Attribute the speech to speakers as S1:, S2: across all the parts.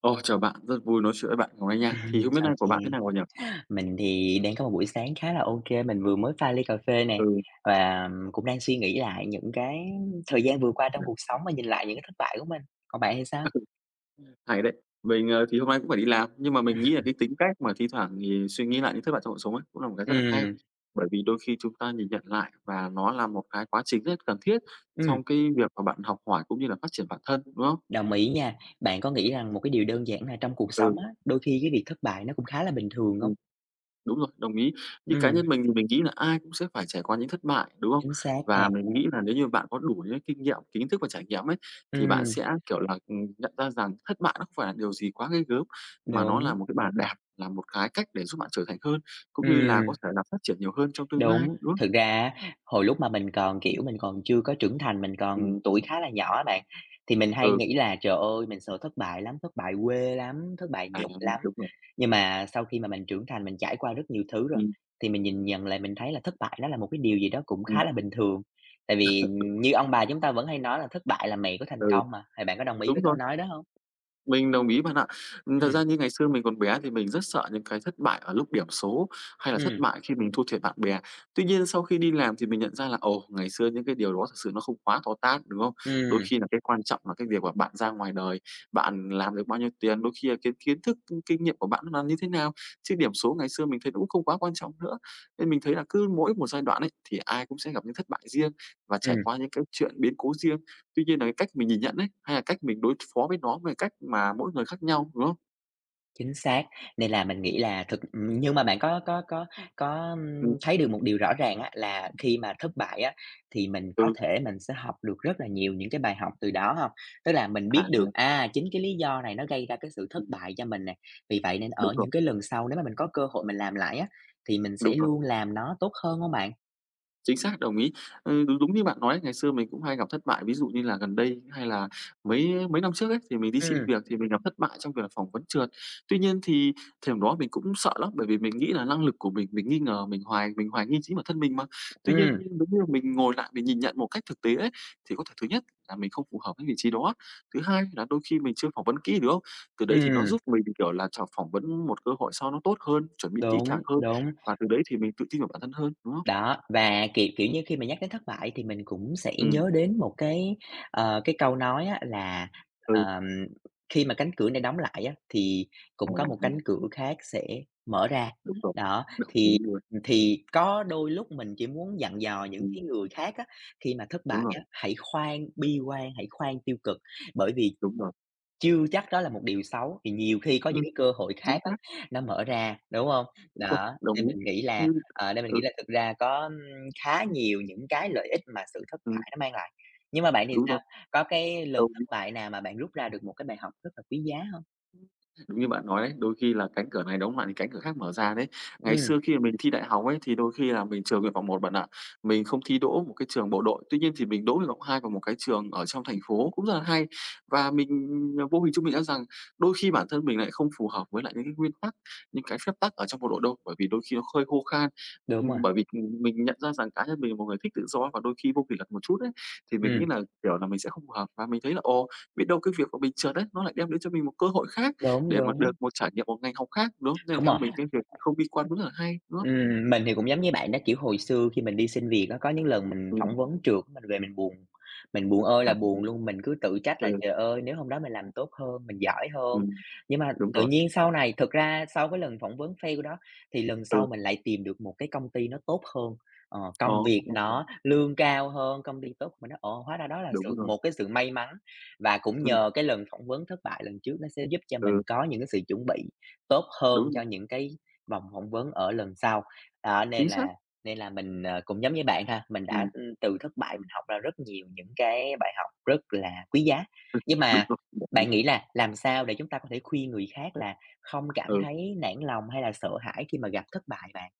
S1: Ồ, chào bạn, rất vui nói chuyện với bạn ngày hôm nay nha. Thì không biết
S2: Ô
S1: nay của
S2: kê.
S1: bạn thế nào rồi nhỉ?
S2: Mình thì đang có một buổi sáng khá là mình vừa mới pha ly cà phê nè,
S1: Ừ,
S2: và cũng đang suy nghĩ lại những cái thời gian vừa qua trong cuộc sống và nhìn lại những cái thất bại của mình. Còn bạn thì sao?
S1: hay đấy. Mình, thì hôm nay cũng phải đi làm, nhưng mà mình nghĩ là cái tính cách mà thi thoảng thì suy nghĩ lại những thất bại trong cuộc sống ấy, cũng là một cái rất là hay.
S2: Ừm,
S1: Bởi vì đôi khi chúng ta nhìn nhận lại và nó là một cái quá trình rất cần thiết
S2: ừm,
S1: trong cái việc mà bạn học hỏi cũng như là phát triển bản thân, đúng không?
S2: đồng ý nha. Bạn có nghĩ rằng một cái điều đơn giản là trong cuộc sống á, đôi khi cái việc thất bại nó cũng khá là bình thường
S1: Ừ.
S2: không?
S1: Đúng rồi, đồng ý. Như cá
S2: Ừm,
S1: nhân mình thì mình nghĩ là ai cũng sẽ phải trải qua những thất bại, đúng không?
S2: chính xác nè.
S1: Và mình nghĩ là nếu như bạn có đủ những kinh nghiệm, kiến thức và trải nghiệm ấy, thì bạn
S2: Ừm,
S1: sẽ, kiểu là, nhận ra rằng thất bại nó không phải là điều gì quá ghê gớm, mà nó là
S2: đúng.
S1: một cái bàn đạp, là một cái cách để giúp bạn trưởng thành hơn, cũng như là
S2: Ừm.
S1: có thể là phát triển nhiều hơn trong tương lai,
S2: Đúng,
S1: đúng không?
S2: thực ra á, hồi lúc mà mình còn, kiểu, mình còn chưa có trưởng thành, mình
S1: Ừm,
S2: còn tuổi khá là nhỏ á bạn, thì mình hay
S1: ừ,
S2: nghĩ là "Trời ơi, mình sợ thất bại lắm, thất bại quê lắm, thất bại
S1: à,
S2: nhục lắm."
S1: đúng rồi.
S2: Nhưng mà sau khi mà mình trưởng thành, mình trải qua rất nhiều thứ rồi,
S1: Ừm,
S2: thì mình nhìn nhận lại mình thấy là thất bại nó là một cái điều gì đó cũng
S1: ừm,
S2: khá là bình thường. Tại vì
S1: đúng,
S2: như ông bà chúng ta vẫn hay nói là "Thất bại là mẹ của thành
S1: ừ,
S2: công" mà, thì bạn có đồng ý
S1: đúng
S2: với câu
S1: rồi.
S2: nói đó hông?
S1: Mình đồng ý bạn ạ. Thật
S2: Ừm,
S1: ra như ngày xưa mình còn bé thì mình rất sợ những cái thất bại ở lúc điểm số, hay là thất
S2: ừm,
S1: bại khi mình thua thiệt bạn bè. Tuy nhiên sau khi đi làm thì mình nhận ra là, ồ, ngày xưa những cái điều đó thực sự nó không quá to tát, đúng không? Đôi
S2: ừm,
S1: khi là cái quan trọng là cái việc mà bạn ra ngoài đời, bạn làm được bao nhiêu tiền, đôi khi là cái kiến thức, kinh nghiệm của bạn nó là như thế nào, chứ điểm số ngày xưa mình thấy nó cũng không quá quan trọng nữa. Nên mình thấy là cứ mỗi một giai đoạn ấy, thì ai cũng sẽ gặp những thất bại riêng và trải
S2: ừm.
S1: qua những cái chuyện biến cố riêng. Tuy nhiên là cái cách mình nhìn nhận ấy, hay là cách mình đối phó với nó về cách mà mỗi người khác nhau, đúng không?
S2: Chính xác, nên là mình nghĩ là nhưng mà bạn có có,
S1: Ừm,
S2: thấy được một điều rõ ràng á, là khi mà thất bại á, thì mình có
S1: ừ,
S2: thể mình sẽ học được rất là nhiều những cái bài học từ đó hông? Tức là mình
S1: à,
S2: biết được, à, chính cái lý do này nó gây ra cái sự thất
S1: ừm,
S2: bại cho mình nè, vì vậy nên
S1: đúng
S2: ở
S1: rồi,
S2: những cái lần sau nếu mà mình có cơ hội mình làm lại á, thì mình sẽ
S1: đúng rồi.
S2: luôn làm nó tốt hơn hông bạn?
S1: Chính xác, đồng ý. Ừ, đúng đúng như bạn nói, ngày xưa mình cũng hay gặp thất bại. Ví dụ như là gần đây hay là mấy mấy năm trước ấy, thì mình đi xin
S2: Ừm,
S1: việc thì mình gặp thất bại trong việc là phỏng vấn trượt. Tuy nhiên thì thời điểm đó mình cũng sợ lắm, bởi vì mình nghĩ là năng lực của mình nghi ngờ, mình hoài nghi chính bản thân mình mà. Tuy nhiên
S2: ừm,
S1: nếu như mình ngồi lại mình nhìn nhận một cách thực tế ấy, thì có thể thứ nhất là mình không phù hợp với vị trí đó, thứ hai là đôi khi mình chưa phỏng vấn kỹ được không? Từ đấy thì nó
S2: ừm,
S1: giúp mình, kiểu là, chọn phỏng vấn một cơ hội sau nó tốt hơn, chuẩn bị kỹ
S2: đúng,
S1: càng hơn,
S2: đúng.
S1: và từ đấy thì mình tự tin vào bản thân hơn, đúng không?
S2: Đó, và, kiểu, kiểu như, khi mà nhắc đến thất bại thì mình cũng sẽ
S1: Ừ,
S2: nhớ đến một cái, ờ, cái câu nói á là,
S1: ừ.
S2: ờm, khi mà cánh cửa này đóng lại á, thì
S1: À,
S2: cũng có một cánh cửa khác sẽ mở ra.
S1: đúng rồi,
S2: Đó,
S1: đồng ý
S2: thì
S1: luôn.
S2: thì có đôi lúc mình chỉ muốn dặn dò những
S1: Ừm,
S2: cái người khác á, khi mà thất
S1: đúng
S2: bại
S1: rồi,
S2: á, hãy khoan bi quan, hãy khoan tiêu cực, bởi vì
S1: đúng rồi.
S2: chưa chắc đó là một điều xấu, thì nhiều khi có những
S1: Ừm,
S2: cái cơ hội
S1: chính
S2: khác á,
S1: xác,
S2: nó mở ra, đúng hông?
S1: đúng rồi,
S2: Đó,
S1: đồng
S2: nên
S1: ý.
S2: mình nghĩ là,
S1: Như
S2: ờ, nên mình nghĩ
S1: ừ,
S2: là thực ra có, khá nhiều những cái lợi ích mà sự thất
S1: ừm,
S2: bại nó mang lại. Nhưng mà bạn thì
S1: đúng rồi,
S2: sao? Có cái lần
S1: đâu.
S2: thất bại nào mà bạn rút ra được một cái bài học rất là quý giá hông?
S1: Đúng như bạn nói đấy, đôi khi là cánh cửa này đóng lại thì cánh cửa khác mở ra đấy. Ngày
S2: Ừm,
S1: xưa khi mà mình thi đại học ấy, thì đôi khi là mình trường nguyện vọng một bạn ạ. Mình không thi đỗ một cái trường bộ đội, tuy nhiên thì mình đỗ nguyện vọng 2 vào một cái trường ở trong thành phố cũng rất là hay. Và vô hình chung mình đã rằng đôi khi bản thân mình lại không phù hợp với lại những cái nguyên tắc, những cái phép tắc ở trong bộ đội đâu, bởi vì đôi khi nó hơi khô khan.
S2: đúng rồi,
S1: Bởi vì, ừ, mình nhận ra rằng cá nhân mình là một người thích tự do và đôi khi vô kỷ luật một chút ấy, thì mình nghĩ
S2: ừm,
S1: là, kiểu là, mình sẽ không phù hợp và mình thấy là, ồ, biết đâu cái việc của mình trượt đấy nó lại đem đến cho mình một cơ hội khác.
S2: đúng,
S1: Để mà được một trải nghiệm một ngành học khác, đúng không? Nên
S2: đúng
S1: theo
S2: rồi.
S1: mình cái việc không bi quan cũng rất là hay, đúng không?
S2: Mình thì cũng giống như bạn đó, kiểu, hồi xưa khi mình đi xin việc á, có những lần mình
S1: Ừm,
S2: phỏng vấn trượt, mình về mình buồn ơi là
S1: à,
S2: buồn luôn, mình cứ tự trách
S1: ừ,
S2: là "Trời ơi, nếu hôm đó mình làm tốt hơn, mình giỏi hơn."
S1: ừm,
S2: Nhưng mà
S1: đúng
S2: tự
S1: rồi,
S2: nhiên sau này thực ra sau cái lần phỏng vấn fail đó, thì lần sau
S1: ừ,
S2: mình lại tìm được một cái công ty nó tốt hơn, ờ,
S1: ồ,
S2: công việc nó lương cao hơn, công ty tốt, mình nói: "Ồ, hóa ra đó là
S1: đúng rồi,
S2: một cái sự may mắn." Và cũng
S1: ừm,
S2: nhờ cái lần phỏng vấn thất bại lần trước nó sẽ giúp cho
S1: ừ,
S2: mình có những cái sự chuẩn bị tốt
S1: đúng
S2: hơn cho
S1: rồi,
S2: những cái vòng phỏng vấn ở lần sau. Đó, nên
S1: chính xác,
S2: là nên là mình, ờ, cũng giống như bạn ha, mình đã,
S1: ừm,
S2: từ thất bại mình học ra rất nhiều những cái bài học rất là quý giá. Nhưng
S1: đúng
S2: mà
S1: rồi,
S2: bạn nghĩ là làm sao để chúng ta có thể khuyên người khác là không cảm
S1: ừ.
S2: thấy nản lòng hay là sợ hãi khi mà gặp thất bại bạn?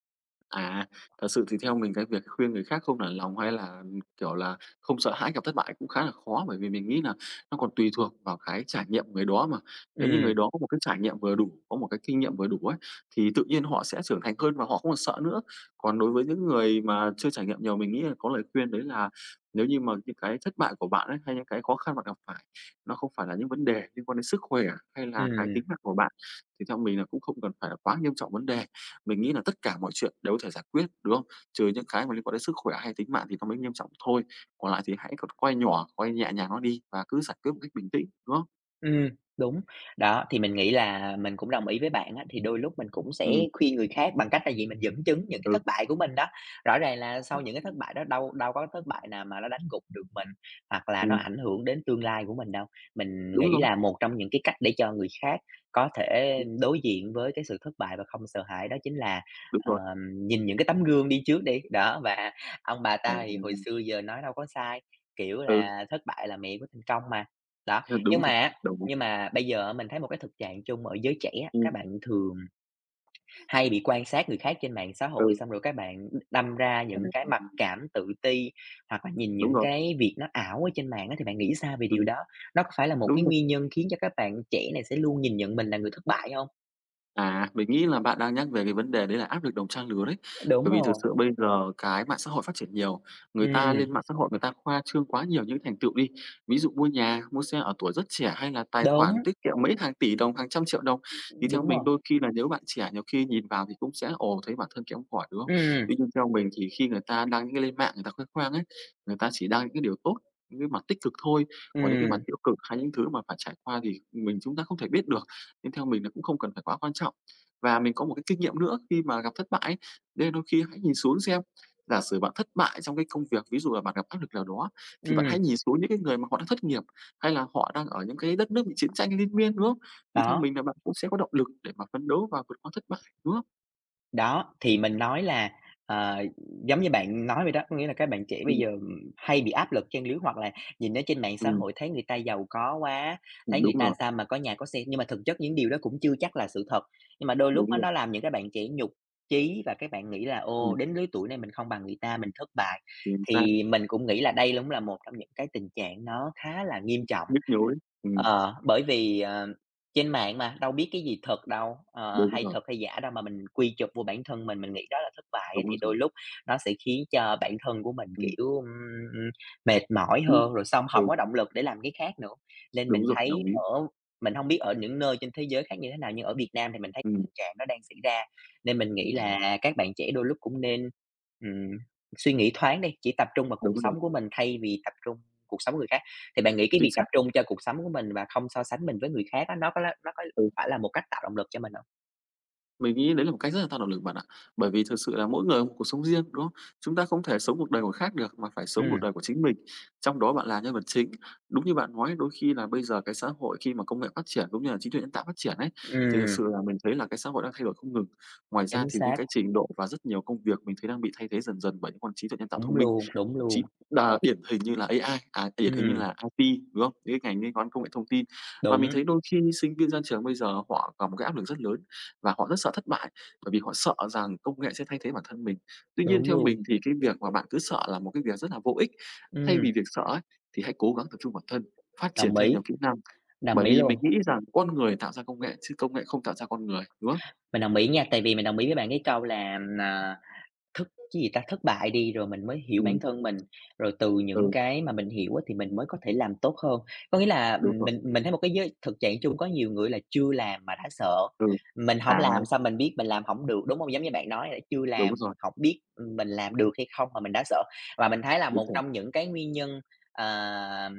S1: À, thật sự thì theo mình cái việc khuyên người khác không nản lòng hay là, kiểu là, không sợ hãi gặp thất bại cũng khá là khó, bởi vì mình nghĩ là nó còn tùy thuộc vào cái trải nghiệm của người đó mà. Nếu như
S2: ừ
S1: người đó có một cái trải nghiệm vừa đủ, có một cái kinh nghiệm vừa đủ ấy, thì tự nhiên họ sẽ trưởng thành hơn và họ không còn sợ nữa. Còn đối với những người mà chưa trải nghiệm nhiều, mình nghĩ là có lời khuyên đấy là nếu như mà những cái thất bại của bạn ấy, hay những cái khó khăn bạn gặp phải, nó không phải là những vấn đề liên quan đến sức khỏe hay là cái
S2: ừ
S1: tính mạng của bạn, thì theo mình là cũng không cần phải là quá nghiêm trọng vấn đề. Mình nghĩ là tất cả mọi chuyện đều có thể giải quyết, đúng không? Trừ những cái mà liên quan đến sức khỏe hay tính mạng thì nó mới nghiêm trọng thôi, còn lại thì hãy còn quay nhỏ, quay nhẹ nhàng nó đi và cứ giải quyết một cách bình tĩnh, đúng không?
S2: Ừm, đúng. Đó, thì mình nghĩ là mình cũng đồng ý với bạn á, thì đôi lúc mình cũng sẽ
S1: Ừm,
S2: khuyên người khác bằng cách là gì? Mình dẫn chứng những cái
S1: ừ.
S2: thất bại của mình đó. Rõ ràng là sau những cái thất bại đó đâu đâu có thất bại nào mà nó đánh gục được mình, hoặc là nó
S1: Ừm,
S2: ảnh hưởng đến tương lai của mình đâu. Mình
S1: đúng
S2: nghĩ
S1: rồi,
S2: là một trong những cái cách để cho người khác có thể
S1: ừm,
S2: đối diện với cái sự thất bại và không sợ hãi đó chính là,
S1: đúng rồi,
S2: nhìn những cái tấm gương đi trước đi, đó, và ông bà
S1: à,
S2: ta thì hồi xưa giờ nói đâu có sai, kiểu
S1: ừ,
S2: là "Thất bại là mẹ của thành công" mà. Đó, nhưng
S1: đúng
S2: mà
S1: rồi,
S2: á
S1: đúng,
S2: nhưng mà bây giờ mình thấy một cái thực trạng chung ở giới trẻ á,
S1: ừm,
S2: các bạn thường hay bị quan sát người khác trên mạng xã hội,
S1: ừ,
S2: xong rồi các bạn đâm ra
S1: à,
S2: những cái mặc cảm, tự ti hoặc là nhìn
S1: đúng
S2: những
S1: rồi,
S2: cái việc nó ảo ở trên mạng á, thì bạn nghĩ sao về điều
S1: ừm,
S2: đó? Nó có phải là một cái
S1: đúng rồi.
S2: nguyên nhân khiến cho các bạn trẻ này sẽ luôn nhìn nhận mình là người thất bại không?
S1: À, mình nghĩ là bạn đang nhắc về cái vấn đề đấy là áp lực đồng trang lứa đấy.
S2: Đúng
S1: Bởi vì thực
S2: rồi,
S1: sự bây giờ cái mạng xã hội phát triển nhiều, người ta
S2: ừm,
S1: lên mạng xã hội người ta khoa trương quá nhiều những thành tựu đi. Ví dụ mua nhà, mua xe ở tuổi rất trẻ hay là tài
S2: đúng,
S1: khoản tiết kiệm mấy hàng tỷ đồng, hàng trăm triệu đồng. Thì theo
S2: đúng
S1: mình
S2: rồi.
S1: đôi khi là nếu bạn trẻ nhiều khi nhìn vào thì cũng sẽ ồ thấy bản thân kém cỏi, đúng không?
S2: Ừm,
S1: Tuy nhiên theo mình thì khi người ta đăng những cái lên mạng người ta khoe khoang ấy, người ta chỉ đăng những cái điều tốt, những cái mặt tích cực thôi, còn những cái mặt
S2: ừm,
S1: tiêu cực hay những thứ mà phải trải qua thì mình chúng ta không thể biết được nên theo mình nó cũng không cần phải quá quan trọng. Và mình có một cái kinh nghiệm nữa khi mà gặp thất bại ấy, đấy là đôi khi hãy nhìn xuống xem, giả sử bạn thất bại trong cái công việc, ví dụ là bạn gặp áp lực nào đó, thì bạn
S2: ừm,
S1: hãy nhìn xuống những cái người mà họ đang thất nghiệp, hay là họ đang ở những cái đất nước bị chiến tranh liên miên, đúng không? Thì theo
S2: đó.
S1: mình là bạn cũng sẽ có động lực để mà phấn đấu và vượt qua thất bại, đúng không?
S2: Đó, thì mình nói là, ờ, giống như bạn nói vậy đó, có nghĩa là các bạn trẻ bây
S1: Ừm,
S2: giờ, hay bị áp lực trang lứa hoặc là nhìn ở trên mạng xã
S1: ừm,
S2: hội thấy người ta giàu có quá,
S1: ừm,
S2: thấy người
S1: đúng
S2: ta
S1: rồi,
S2: sao mà có nhà có xe, nhưng mà thực chất những điều đó cũng chưa chắc là sự thật. Nhưng mà đôi lúc
S1: đúng
S2: á
S1: rồi,
S2: nó làm những các bạn trẻ nhục chí và các bạn nghĩ là
S1: ừm,
S2: "Ô, đến lứa tuổi này mình không bằng người ta, mình thất bại."
S1: chính xác,
S2: Thì mình cũng nghĩ là đây cũng là một trong những cái tình trạng nó khá là nghiêm trọng.
S1: nhức nhối, ừm,
S2: Ờ, bởi vì, ờ, trên mạng mà, đâu biết cái gì thật đâu, ờ,
S1: đúng
S2: hay
S1: rồi,
S2: thật hay giả đâu mà mình quy chụp vô bản thân mình nghĩ đó là thất bại á,
S1: đúng
S2: thì
S1: rồi,
S2: đôi lúc nó sẽ khiến cho bản thân của mình,
S1: ừm,
S2: kiểu, mệt mỏi
S1: ừm,
S2: hơn, rồi xong không
S1: ừ,
S2: có động lực để làm cái khác nữa. Nên
S1: đúng
S2: mình
S1: rồi,
S2: thấy
S1: đồng ý,
S2: ở mình không biết ở những nơi trên thế giới khác như thế nào, nhưng ở Việt Nam thì mình thấy
S1: ừm.
S2: tình trạng nó đang xảy ra, nên mình nghĩ
S1: À,
S2: là các bạn trẻ đôi lúc cũng nên, ừm, suy nghĩ thoáng đi, chỉ tập trung vào cuộc
S1: đúng rồi,
S2: sống của mình thay vì tập trung cuộc sống người khác. Thì bạn nghĩ cái
S1: chính
S2: việc tập
S1: xác,
S2: trung cho cuộc sống của mình và không so sánh mình với người khác á, nó có
S1: ừ.
S2: phải là một cách tạo động lực cho mình không?
S1: Mình nghĩ đấy là một cách rất là tạo động lực bạn ạ. Bởi vì thực sự là mỗi người có một cuộc sống riêng, đúng không? Chúng ta không thể sống cuộc đời của khác được, mà phải sống cuộc
S2: Ừm,
S1: đời của chính mình, trong đó bạn là nhân vật chính. Đúng như bạn nói, đôi khi là bây giờ cái xã hội khi mà công nghệ phát triển cũng như là trí tuệ nhân tạo phát triển ấy, thì thực
S2: ừm,
S1: sự là mình thấy là cái xã hội đang thay đổi không ngừng. Ngoài ra
S2: chính
S1: thì những
S2: xác,
S1: cái trình độ và rất nhiều công việc mình thấy đang bị thay thế dần dần bởi những con trí tuệ nhân tạo
S2: đúng
S1: thông minh.
S2: luôn, đúng luôn.
S1: Chính đà điển hình như là AI, à, điển hình như
S2: Ừm,
S1: là IT, đúng không? Những cái ngành liên quan công nghệ thông tin. Và mình
S2: đúng,
S1: thấy đôi khi sinh viên ra trường bây giờ họ gặp một cái áp lực rất lớn và họ rất sợ thất bại, bởi vì họ sợ rằng công nghệ sẽ thay thế bản thân mình. Tuy nhiên
S2: đúng
S1: theo
S2: luôn.
S1: mình thì cái việc mà bạn cứ sợ là một cái việc rất là vô ích. Thay
S2: Ừm,
S1: vì việc sợ ấy, thì hãy cố gắng tập trung bản thân, phát triển
S2: đồng
S1: thêm
S2: ý,
S1: nhiều kỹ năng,
S2: đồng
S1: bởi
S2: ý
S1: vì mình
S2: luôn.
S1: nghĩ rằng con người tạo ra công nghệ chứ công nghệ không tạo ra con người, đúng không?
S2: Mình đồng ý nha, tại vì mình đồng ý với bạn cái câu là, à Thất cái gì ta? Thất bại đi, rồi mình mới hiểu bản
S1: Ừm,
S2: thân mình, rồi từ những
S1: ừ,
S2: cái mà mình hiểu á thì mình mới có thể làm tốt hơn. Có nghĩa là,
S1: đúng rồi,
S2: mình thấy một cái giới thực trạng chung có nhiều người là chưa làm mà đã sợ,
S1: ừ.
S2: mình không
S1: À,
S2: làm sao mình biết mình làm không được, đúng không? Giống như bạn nói là chưa
S1: đúng
S2: làm,
S1: rồi,
S2: hổng biết, mình làm được hay không mà mình đã sợ. Và mình thấy là
S1: đúng
S2: một
S1: rồi,
S2: trong những cái nguyên nhân, ờm,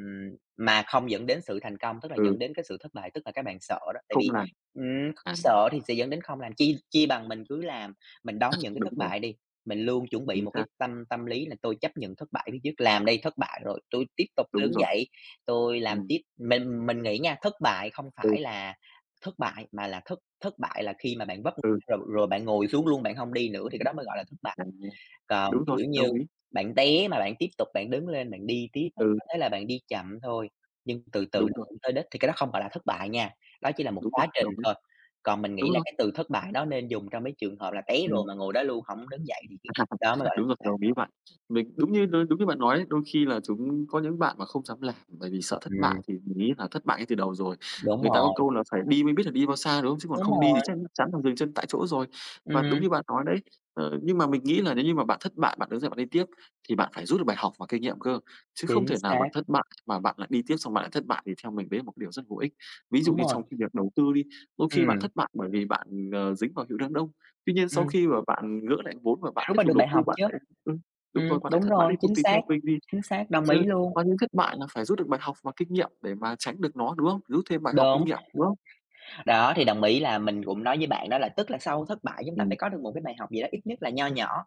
S2: mà không dẫn đến sự thành công, tức là
S1: ừ,
S2: dẫn đến cái sự thất bại, tức là các bạn sợ đó. Tại
S1: không
S2: vì,
S1: là à,
S2: sợ thì sẽ dẫn đến không làm, chi chi bằng mình cứ làm, mình đón những cái
S1: đúng
S2: thất
S1: rồi.
S2: bại đi. Mình luôn chuẩn bị
S1: Chính
S2: một cái
S1: xác,
S2: tâm tâm lý là tôi chấp nhận thất bại phía trước, làm đây thất bại rồi tôi tiếp tục tôi
S1: đúng
S2: đứng
S1: rồi.
S2: dậy, tôi làm
S1: Ừm,
S2: tiếp. Mình nghĩ nha, thất bại không
S1: ừ,
S2: phải là thất bại, mà là thất thất bại là khi mà bạn vấp ngã
S1: ừ,
S2: rồi rồi bạn ngồi xuống luôn, bạn không đi nữa thì cái đó mới gọi là thất bại.
S1: à,
S2: Còn,
S1: đúng rồi,
S2: kiểu như,
S1: đồng ý.
S2: bạn té mà bạn tiếp tục bạn đứng lên bạn đi tiếp á,
S1: Ừ,
S2: có thể là bạn đi chậm thôi, nhưng từ từ
S1: đúng
S2: nó
S1: rồi,
S2: cũng tới đích thì cái đó không gọi là thất bại nha, đó chỉ là một
S1: đúng rồi,
S2: quá trình
S1: đồng ý,
S2: thôi. Còn mình nghĩ
S1: đúng
S2: là
S1: rồi,
S2: cái từ thất bại đó nên dùng trong mấy trường hợp là té
S1: ừ.
S2: rồi mà ngồi đó luôn hổng đứng dậy thì đó mới gọi là
S1: Đúng rồi, đồng ý bạn. Mình đúng như bạn nói đấy, đôi khi là chúng có những bạn mà không dám làm bởi vì sợ thất bại
S2: ừm,
S1: thì mình nghĩ là thất bại ngay từ đầu rồi.
S2: đúng
S1: Người ta có
S2: rồi,
S1: câu là "Phải đi mới biết là đi bao xa", đúng không? Chứ còn
S2: đúng
S1: không đi thì
S2: rồi,
S1: chắc chắn là dừng chân tại chỗ rồi. Và đúng
S2: ừm,
S1: như bạn nói đấy, nhưng mà mình nghĩ là nếu như mà bạn thất bại, bạn đứng dậy bạn đi tiếp thì bạn phải rút được bài học và kinh nghiệm cơ, chứ không
S2: chính
S1: thể nào bạn
S2: xác,
S1: thất bại mà bạn lại đi tiếp xong bạn lại thất bại thì theo mình đấy là một điều rất vô ích. Ví dụ
S2: đúng
S1: như
S2: rồi,
S1: trong cái việc đầu tư đi, đôi khi bạn
S2: ừm,
S1: thất bại bởi vì bạn, dính vào hiệu đám đông. Tuy nhiên sau
S2: ừm,
S1: khi mà bạn gỡ lại vốn và
S2: phải
S1: bạn
S2: rút
S1: tiếp
S2: ra được
S1: tục
S2: bài
S1: đầu tư,
S2: học
S1: bạn
S2: chứ.
S1: lại đúng rồi, bạn lại
S2: Đúng
S1: thất bại
S2: rồi,
S1: liên tục thì theo mình thì
S2: chính xác, đồng ý luôn,
S1: qua những thất bại là phải rút được bài học và kinh nghiệm để mà tránh được nó, đúng không? Rút thêm bài học kinh
S2: đúng.
S1: nghiệm, đúng không?
S2: Đó, thì đồng ý là mình cũng nói với bạn đó là tức là sau thất bại chúng ta phải
S1: Ừm,
S2: có được một cái bài học gì đó, ít nhất là nho nhỏ.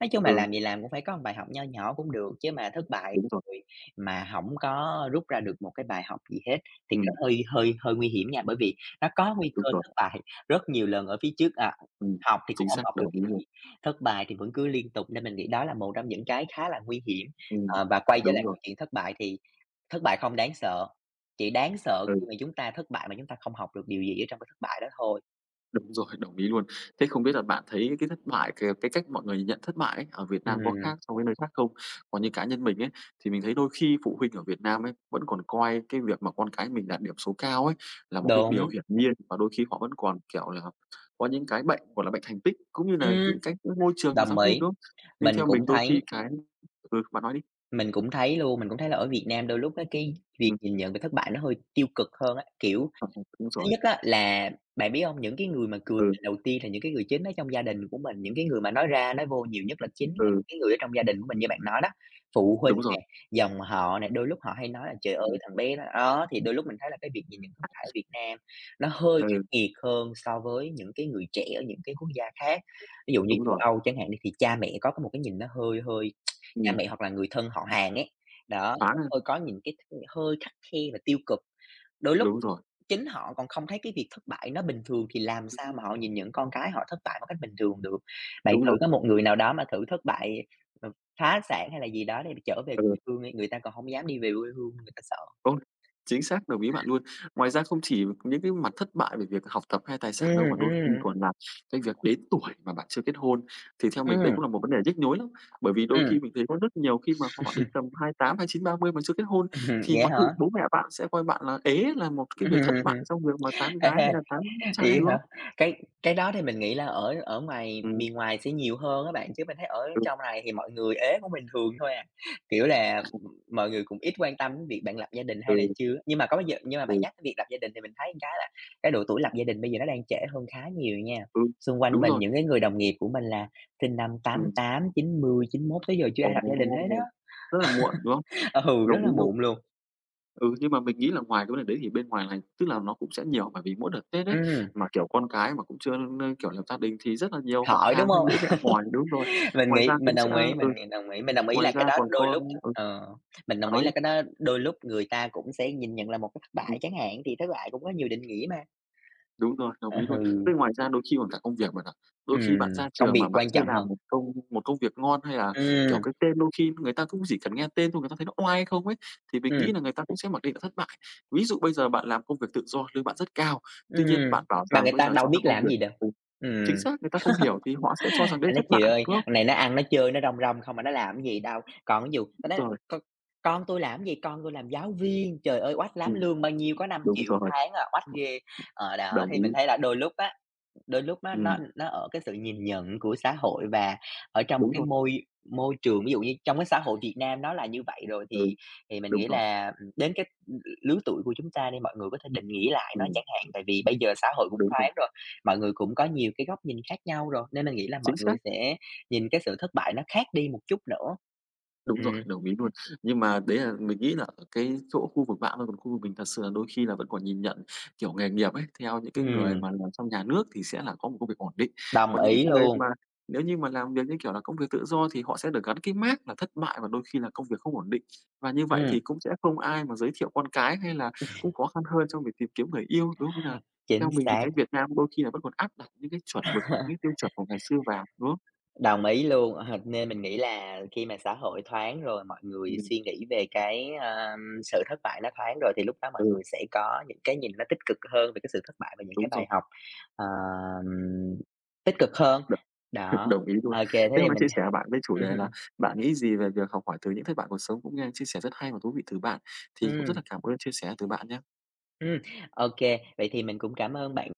S2: Nói chung là
S1: ừ,
S2: làm gì làm cũng phải có một bài học nho nhỏ cũng được, chứ mà thất bại
S1: đúng rồi,
S2: rồi mà hổng có rút ra được một cái bài học gì hết thì cái
S1: ừm,
S2: hơi hơi hơi nguy hiểm nha, bởi vì nó có nguy
S1: đúng
S2: cơ
S1: rồi,
S2: thất bại rất nhiều lần ở phía trước,
S1: ừm,
S2: học thì cũng
S1: chính
S2: hông
S1: xác,
S2: học được
S1: đồng ý
S2: cái
S1: luôn.
S2: gì, thất bại thì vẫn cứ liên tục nên mình nghĩ đó là một trong những cái khá là nguy hiểm.
S1: Ừm,
S2: Và quay trở
S1: đúng
S2: lại
S1: rồi,
S2: câu chuyện thất bại thì thất bại không đáng sợ, chỉ đáng sợ
S1: ừ.
S2: khi mà chúng ta thất bại mà chúng ta không học được điều gì ở trong cái thất bại đó thôi.
S1: Đúng rồi, đồng ý luôn. Thế không biết là bạn thấy cái thất bại, cái cách mọi người nhận thất bại ấy, ở Việt Nam có
S2: Ừm,
S1: khác so với nơi khác không? Còn như cá nhân mình ấy, thì mình thấy đôi khi phụ huynh ở Việt Nam ấy, vẫn còn coi cái việc mà con cái mình đạt điểm số cao ấy, là một cái điều
S2: đúng,
S1: hiển nhiên và đôi khi họ vẫn còn, kiểu là, có những cái bệnh, gọi là, bệnh thành tích, cũng như là
S2: ừm,
S1: những cái môi trường và giáo
S2: đồng
S1: viên,
S2: ý.
S1: đúng không? Nên
S2: Mình
S1: theo mình
S2: cũng
S1: đôi
S2: thấy
S1: khi cái ừ, bạn nói đi.
S2: Mình cũng thấy luôn, mình cũng thấy là ở Việt Nam đôi lúc á, cái việc
S1: Ừm,
S2: nhìn nhận về thất bại nó hơi tiêu cực hơn á, kiểu,
S1: đúng
S2: thứ
S1: rồi,
S2: nhất á là bạn biết hông? Những cái người mà cười
S1: ừ,
S2: mình đầu tiên là những cái người chính ở trong gia đình của mình, những cái người mà nói ra nói vô nhiều nhất là chính là
S1: ừ,
S2: những cái người ở trong gia đình của mình như bạn nói đó, phụ huynh
S1: đúng rồi,
S2: nè, dòng họ nè, đôi lúc họ hay nói là "Trời ơi,
S1: ừm,
S2: thằng bé đó" đó, thì đôi lúc mình thấy là cái việc nhìn nhận thực tại ở Việt Nam nó hơi
S1: ừ,
S2: khắc nghiệt hơn so với những cái người trẻ ở những cái quốc gia khác. Ví dụ như
S1: đúng
S2: châu
S1: rồi,
S2: Âu chẳng hạn đi, thì cha mẹ có cái một cái nhìn nó hơi hơi cha
S1: ừm,
S2: mẹ hoặc là người thân họ hàng ấy, đó, nó
S1: thoáng
S2: hơi có những cái hơi khắt khe và tiêu cực. Đôi lúc
S1: đúng rồi,
S2: chính họ còn không thấy cái việc thất bại nó bình thường thì làm sao mà họ nhìn những con cái họ thất bại một cách bình thường được. Bạn
S1: đúng
S2: thử
S1: rồi,
S2: có một người nào đó mà thử thất bại, ờ, phá sản hay là gì đó để trở về
S1: ừ.
S2: quê hương đi, người ta còn hổng dám đi về quê hương, người ta sợ.
S1: Ôi, chính xác, đồng ý bạn luôn. Ngoài ra không chỉ những cái mặt thất bại về việc học tập hay tài sản đâu, mà
S2: Ừm,
S1: đôi khi
S2: ừm,
S1: còn là cái việc đến tuổi mà bạn chưa kết hôn, thì theo mình đây
S2: ừm,
S1: cũng là một vấn đề nhức nhối lắm. Bởi vì đôi
S2: ừm,
S1: khi mình thấy có rất nhiều khi mà họ đến tầm 22, 28, 29, 30 mà chưa kết hôn,
S2: ừm,
S1: thì
S2: vậy
S1: mặc
S2: hả?
S1: định bố mẹ bạn sẽ coi bạn là ế, là một cái
S2: Ừm.
S1: việc thất bại trong việc mà tán gái
S2: À.
S1: hay là tán trai,
S2: Vậy
S1: đúng
S2: hả?
S1: không?
S2: Cái cái đó thì mình nghĩ là ở ở ngoài
S1: Ừm,
S2: miền ngoài sẽ nhiều hơn á bạn, chứ mình thấy ở
S1: ừ,
S2: trong này thì mọi người ế cũng bình thường thôi à. Kiểu
S1: à,
S2: là, mọi người cũng ít quan tâm đến việc bạn lập gia đình
S1: ừ,
S2: hay là chưa. Nhưng mà có bây giờ nhưng mà
S1: ừ,
S2: bạn nhắc tới việc lập gia đình thì mình thấy một cái là cái độ tuổi lập gia đình bây giờ nó đang trễ hơn khá nhiều nha.
S1: ừ,
S2: Xung quanh
S1: đúng
S2: mình
S1: rồi,
S2: những cái người đồng nghiệp của mình là sinh năm tám
S1: ừm.
S2: tám chín mươi chín mốt tới giờ chưa
S1: Ồ!
S2: ai lập gia đình hết đó.
S1: Rất là muộn, đúng không?
S2: Ừ, rất
S1: Đồng
S2: là
S1: ý luôn.
S2: muộn luôn.
S1: Ừ, nhưng mà mình nghĩ là ngoài cái vấn đề đấy thì bên ngoài này tức là nó cũng sẽ nhiều, bởi vì mỗi đợt Tết ấy,
S2: Ừ,
S1: mà, kiểu, con cái mà cũng chưa, kiểu, lập gia đình thì rất là nhiều họ
S2: hỏi, đúng
S1: hàng hay
S2: không?
S1: bố mẹ hỏi đúng rồi.
S2: Mình
S1: Ngoài ra
S2: nghĩ mình
S1: cũng sẽ
S2: đồng ý,
S1: ừ,
S2: mình nghĩ đồng ý, mình đồng ý
S1: ngoài
S2: là cái
S1: ra
S2: đó
S1: còn
S2: đôi
S1: có
S2: lúc
S1: ừ,
S2: ờ, mình
S1: bạn
S2: đồng ý
S1: nói đi.
S2: là cái đó đôi lúc người ta cũng sẽ nhìn nhận là một cái thất
S1: Ừm,
S2: bại chẳng hạn, thì thất bại cũng có nhiều định nghĩa mà.
S1: đúng rồi, đồng ý luôn.
S2: Ừ,
S1: Với ngoài ra đôi khi còn cả công việc bạn ạ. Đôi khi bạn ra
S2: công
S1: trường
S2: việc
S1: mà bạn
S2: quan
S1: chưa
S2: trọng
S1: làm
S2: hơn.
S1: một công việc ngon hay là, kiểu,
S2: Ừm,
S1: cái tên đôi khi người ta cũng chỉ cần nghe tên thôi, người ta thấy nó oai hay không ấy, thì mình nghĩ
S2: ừm,
S1: là người ta cũng sẽ mặc định là thất bại. Ví dụ bây giờ bạn làm công việc tự do, lương bạn rất cao, tuy nhiên
S2: ừm,
S1: bạn bảo
S2: mà
S1: rằng
S2: người
S1: bây
S2: ta
S1: giờ
S2: đâu
S1: cháu
S2: biết
S1: làm công
S2: làm
S1: việc
S2: gì đâu.
S1: ừ. Chính
S2: Ừm.
S1: xác, người ta không hiểu thì họ sẽ cho rằng đấy
S2: Anh nói:
S1: thất
S2: "Chị
S1: bại,
S2: ơi,
S1: đúng không?
S2: con này nó ăn nó chơi nó rong rong không mà nó làm cái gì đâu." Còn ví dụ nó
S1: Đúng
S2: nói:
S1: rồi,
S2: "Con con tui làm cái gì? Con tôi làm giáo viên, trời ơi, oách lắm,
S1: ừm,
S2: lương bao nhiêu, có năm
S1: đúng
S2: triệu một
S1: rồi.
S2: tháng à, oách ghê." Đó,
S1: Đồng
S2: thì mình
S1: ý,
S2: thấy là đôi lúc á, đôi lúc nó
S1: ừm,
S2: nó nó ở cái sự nhìn nhận của xã hội và ở trong một
S1: đúng
S2: cái
S1: rồi,
S2: môi môi trường, ví dụ như trong cái xã hội Việt Nam nó là như vậy rồi,
S1: ừ,
S2: thì mình
S1: đúng
S2: nghĩ
S1: rồi,
S2: là, đến cái lứa tuổi của chúng ta đi, mọi người có thể định nghĩa lại nó
S1: ừm,
S2: chẳng hạn. Tại vì bây giờ xã hội cũng
S1: đúng rồi,
S2: thoáng rồi, mọi người cũng có nhiều cái góc nhìn khác nhau rồi, nên mình nghĩ là mọi
S1: chính
S2: người
S1: xác.
S2: sẽ nhìn cái sự thất bại nó khác đi một chút nữa.
S1: Đúng
S2: Ừm,
S1: rồi, đồng ý luôn. Nhưng mà đấy là mình nghĩ là ở cái chỗ khu vực bạn thôi, còn khu vực mình thật sự là đôi khi là vẫn còn nhìn nhận, kiểu, nghề nghiệp ấy, theo những cái người
S2: ừm,
S1: mà làm trong nhà nước thì sẽ là có một công việc ổn định.
S2: đồng
S1: Còn những cái
S2: ý
S1: người
S2: luôn.
S1: mà nếu như mà làm việc như kiểu là công việc tự do thì họ sẽ được gắn cái mác là thất bại và đôi khi là công việc không ổn định. Và như vậy thì
S2: Ừm,
S1: cũng sẽ không ai mà giới thiệu con cái hay là cũng khó khăn hơn trong việc tìm kiếm người yêu, đúng không? Nên là
S2: chính
S1: theo mình thì
S2: xác,
S1: cái Việt Nam đôi khi là vẫn còn áp đặt những cái chuẩn mực và những cái tiêu chuẩn của ngày xưa vào, đúng không?
S2: đồng ý luôn. Ờ, nên mình nghĩ là khi mà xã hội thoáng rồi, mọi người
S1: Ừm,
S2: suy nghĩ về cái, sự thất bại nó thoáng rồi thì lúc đó mọi
S1: ừ,
S2: người sẽ có những cái nhìn nó tích cực hơn về cái sự thất bại và những cái
S1: đúng rồi.
S2: bài học, ờm, tích cực hơn. Đó,
S1: Đồng ý luôn.
S2: ok thế
S1: Thế
S2: thì
S1: hôm nay
S2: mình
S1: chia sẻ với bạn với chủ đề
S2: ừm.
S1: là bạn nghĩ gì về việc học hỏi từ những thất bại cuộc sống cũng nghe chia sẻ rất hay và thú vị từ bạn, thì cũng rất là cảm ơn chia sẻ từ bạn nhé.
S2: Ừ, OK. Vậy thì mình cũng cảm ơn bạn.